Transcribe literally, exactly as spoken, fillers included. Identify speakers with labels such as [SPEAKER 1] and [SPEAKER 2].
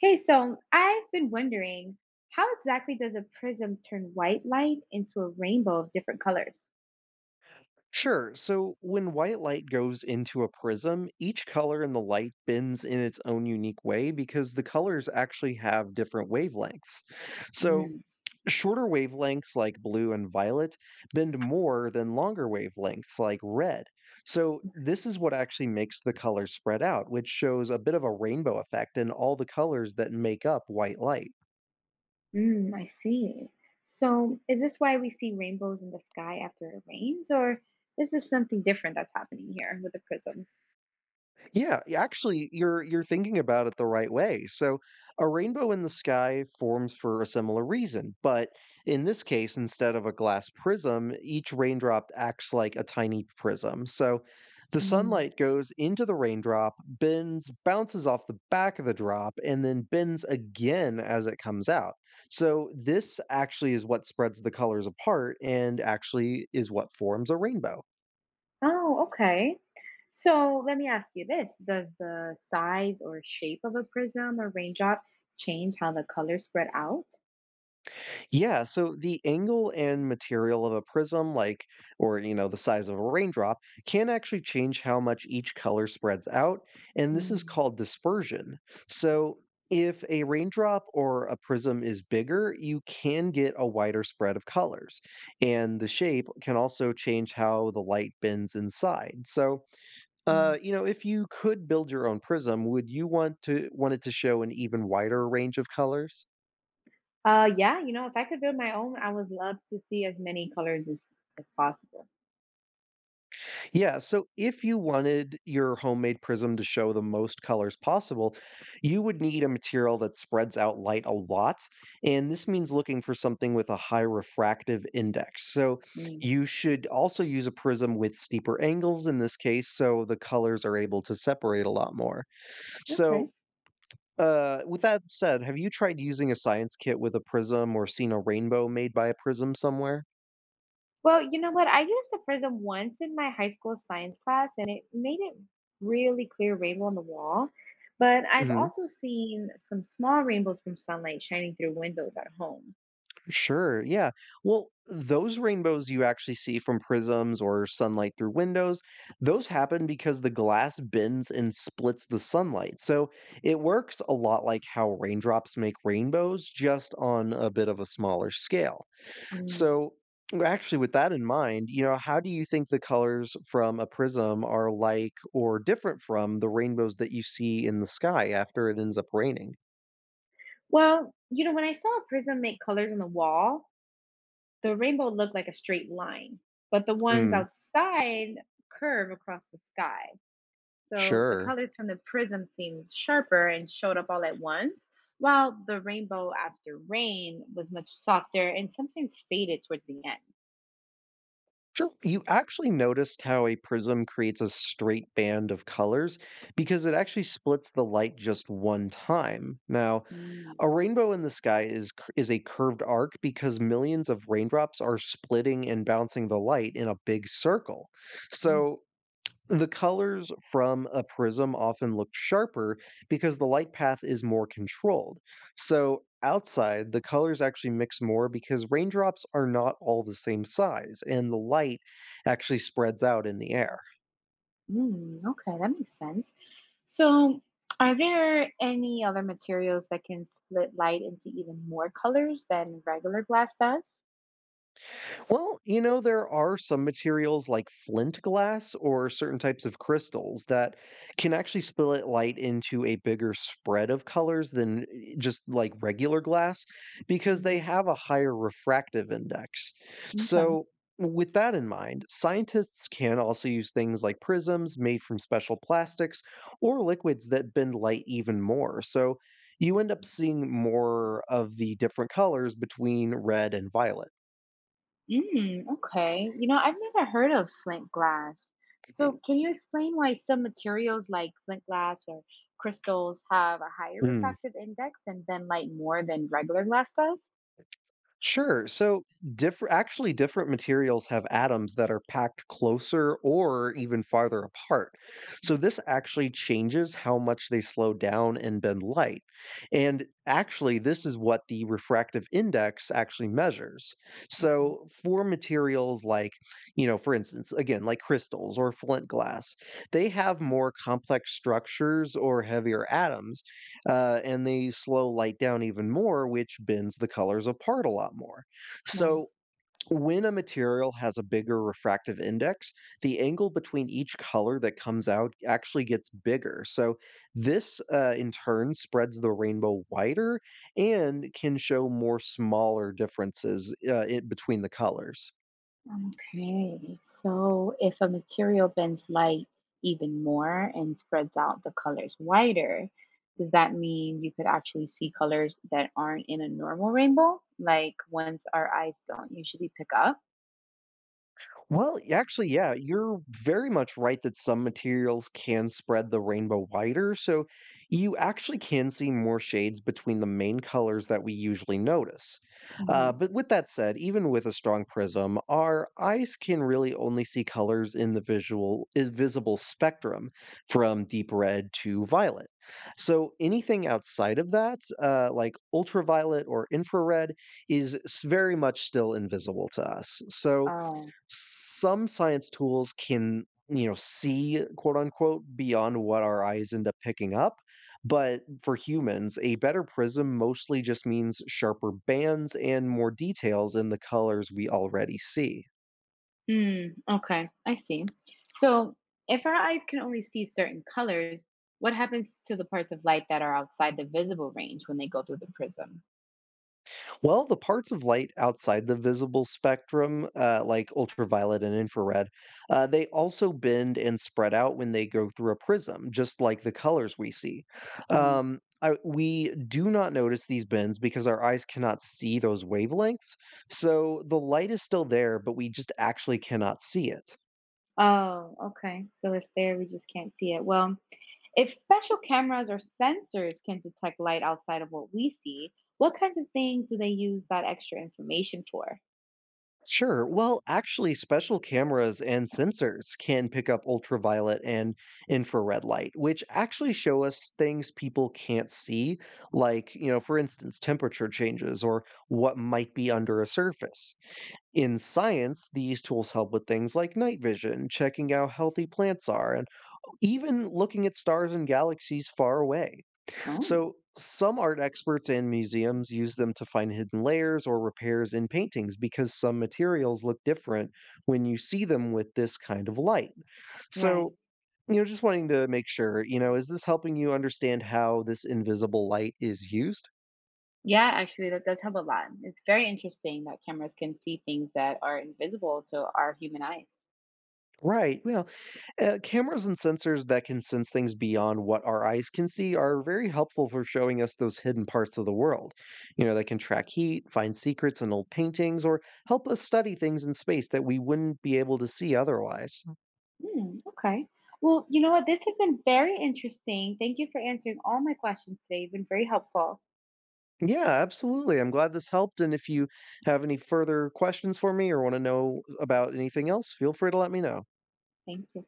[SPEAKER 1] Hey, so I've been wondering, how exactly does a prism turn white light into a rainbow of different colors?
[SPEAKER 2] Sure. So when white light goes into a prism, each color in the light bends in its own unique way because the colors actually have different wavelengths. So
[SPEAKER 1] Mm,
[SPEAKER 2] shorter wavelengths like blue and violet bend more than longer wavelengths like red. So this is what actually makes the colors spread out, which shows a bit of a rainbow effect in all the colors that make up white light.
[SPEAKER 1] mm, I see. So, is this why we see rainbows in the sky after it rains, or is this something different that's happening here with the prisms?
[SPEAKER 2] Yeah, y- actually, you're you're thinking about it the right way. So, a rainbow in the sky forms for a similar reason, but in this case, instead of a glass prism, each raindrop acts like a tiny prism. So, the
[SPEAKER 1] Mm.
[SPEAKER 2] sunlight goes into the raindrop, bends, bounces off the back of the drop, and then bends again as it comes out. So, this actually is what spreads the colors apart and actually is what forms a rainbow.
[SPEAKER 1] Oh, okay. So, let me ask you this. Does the size or shape of a prism or raindrop change how the colors spread out?
[SPEAKER 2] Yeah, so the angle and material of a prism, like, or, you know, the size of a raindrop, can actually change how much each color spreads out. And this is
[SPEAKER 1] Mm,
[SPEAKER 2] called dispersion. So if a raindrop or a prism is bigger, you can get a wider spread of colors. And the shape can also change how the light bends inside. So, uh,
[SPEAKER 1] mm.
[SPEAKER 2] you know, if you could build your own prism, would you want to want it to show an even wider range of colors?
[SPEAKER 1] Uh, yeah, you know, if I could build my own, I would love to see as many colors as, as possible.
[SPEAKER 2] Yeah, so if you wanted your homemade prism to show the most colors possible, you would need a material that spreads out light a lot. And this means looking for something with a high refractive index. So
[SPEAKER 1] Mm,
[SPEAKER 2] you should also use a prism with steeper angles in this case, so the colors are able to separate a lot more.
[SPEAKER 1] okay.
[SPEAKER 2] So, uh, with that said, have you tried using a science kit with a prism or seen a rainbow made by a prism somewhere?
[SPEAKER 1] Well, you know what? I used a prism once in my high school science class, and it made it really clear rainbow on the wall. But I've also seen some small rainbows from sunlight shining through windows at home.
[SPEAKER 2] Sure. Yeah. Well, those rainbows you actually see from prisms or sunlight through windows, those happen because the glass bends and splits the sunlight. So it works a lot like how raindrops make rainbows, just on a bit of a smaller scale.
[SPEAKER 1] Mm.
[SPEAKER 2] So, actually, with that in mind, you know, how do you think the colors from a prism are like or different from the rainbows that you see in the sky after it ends up raining?
[SPEAKER 1] Well, you know, when I saw a prism make colors on the wall, the rainbow looked like a straight line, but the ones
[SPEAKER 2] Mm,
[SPEAKER 1] outside curve across the sky. So the
[SPEAKER 2] sure.
[SPEAKER 1] colors from the prism seemed sharper and showed up all at once, while the rainbow after rain was much softer and sometimes faded towards the end.
[SPEAKER 2] Sure. You actually noticed how a prism creates a straight band of colors because it actually splits the light just one time. Now,
[SPEAKER 1] Mm,
[SPEAKER 2] a rainbow in the sky is cur- is a curved arc because millions of raindrops are splitting and bouncing the light in a big circle.
[SPEAKER 1] oh,
[SPEAKER 2] So, the colors from a prism often look sharper because the light path is more controlled. So, outside, the colors actually mix more because raindrops are not all the same size and the light actually spreads out in the air.
[SPEAKER 1] mm, okay, that makes sense. So, are there any other materials that can split light into even more colors than regular glass does?
[SPEAKER 2] Well, you know, there are some materials like flint glass or certain types of crystals that can actually split light into a bigger spread of colors than eh, just like regular glass because they
[SPEAKER 1] Mm,
[SPEAKER 2] have a higher refractive index.
[SPEAKER 1] okay.
[SPEAKER 2] So, with that in mind, scientists can also use things like prisms made from special plastics or liquids that bend light even more. So, you end up seeing more of the different colors between red and violet.
[SPEAKER 1] Mm, okay. You know, I've never heard of flint glass. So, can you explain why some materials like flint glass or crystals have a higher
[SPEAKER 2] Mm.
[SPEAKER 1] refractive index and bend light more than regular glass does?
[SPEAKER 2] Sure. So, different actually different materials have atoms that are packed closer or even farther apart. So this actually changes how much they slow down and bend light. And actually this is what the refractive index actually measures.
[SPEAKER 1] Okay.
[SPEAKER 2] So for materials like, you know, for instance, again, like crystals or flint glass, they have more complex structures or heavier atoms, uh, and they slow light down even more, which bends the colors apart a lot more.
[SPEAKER 1] Right.
[SPEAKER 2] So when a material has a bigger refractive index, the angle between each color that comes out actually gets bigger. So this, uh, in turn, spreads the rainbow wider and can show more smaller differences uh, in between the colors.
[SPEAKER 1] Okay. So, if a material bends light even more and spreads out the colors wider, does that mean you could actually see colors that aren't in a normal rainbow, like ones our eyes don't usually pick up?
[SPEAKER 2] Well, actually, yeah, you're very much right that some materials can spread the rainbow wider, so you actually can see more shades between the main colors that we usually notice.
[SPEAKER 1] Hmm.
[SPEAKER 2] Uh, but with that said, even with a strong prism, our eyes can really only see colors in the visual i- visible spectrum, from deep red to violet. So anything outside of that, uh, like ultraviolet or infrared, is s- very much still invisible to us. So
[SPEAKER 1] Oh.
[SPEAKER 2] some science tools can, you know, see quote unquote beyond what our eyes end up picking up, but for humans a better prism mostly just means sharper bands and more details in the colors we already see.
[SPEAKER 1] Mm, okay, I see. So, if our eyes can only see certain colors, what happens to the parts of light that are outside the visible range when they go through the prism?
[SPEAKER 2] Well, the parts of light outside the visible spectrum, uh, like ultraviolet and infrared, uh, they also bend and spread out when they go through a prism, just like the colors we see.
[SPEAKER 1] Mm.
[SPEAKER 2] Um, I, we do not notice these bends because our eyes cannot see those wavelengths. So the light is still there, but we just actually cannot see it.
[SPEAKER 1] Oh, okay. So it's there, we just can't see it. Well, if special cameras or sensors can detect light outside of what we see, what kinds of things do they use that extra information for?
[SPEAKER 2] Sure. Well, actually, special cameras and sensors can pick up ultraviolet and infrared light, which actually show us things people can't see, like, you know, for instance, temperature changes or what might be under a surface. In science, these tools help with things like night vision, checking how healthy plants are, and even looking at stars and galaxies far away.
[SPEAKER 1] Oh.
[SPEAKER 2] So, some art experts and museums use them to find hidden layers or repairs in paintings because some materials look different when you see them with this kind of light.
[SPEAKER 1] Right.
[SPEAKER 2] So, you know, just wanting to make sure, you know, is this helping you understand how this invisible light is used?
[SPEAKER 1] Yeah, actually, that does help a lot. It's very interesting that cameras can see things that are invisible to our human eyes.
[SPEAKER 2] Right. Yeah. Uh, cameras and sensors that can sense things beyond what our eyes can see are very helpful for showing us those hidden parts of the world. You know, they can track heat, find secrets in old paintings, or help us study things in space that we wouldn't be able to see otherwise.
[SPEAKER 1] Hmm, okay. Well, you know what? This has been very interesting. Thank you for answering all my questions today. You've been very helpful.
[SPEAKER 2] Yeah, absolutely. I'm glad this helped. And if you have any further questions for me or want to know about anything else, feel free to let me know.
[SPEAKER 1] Thank you.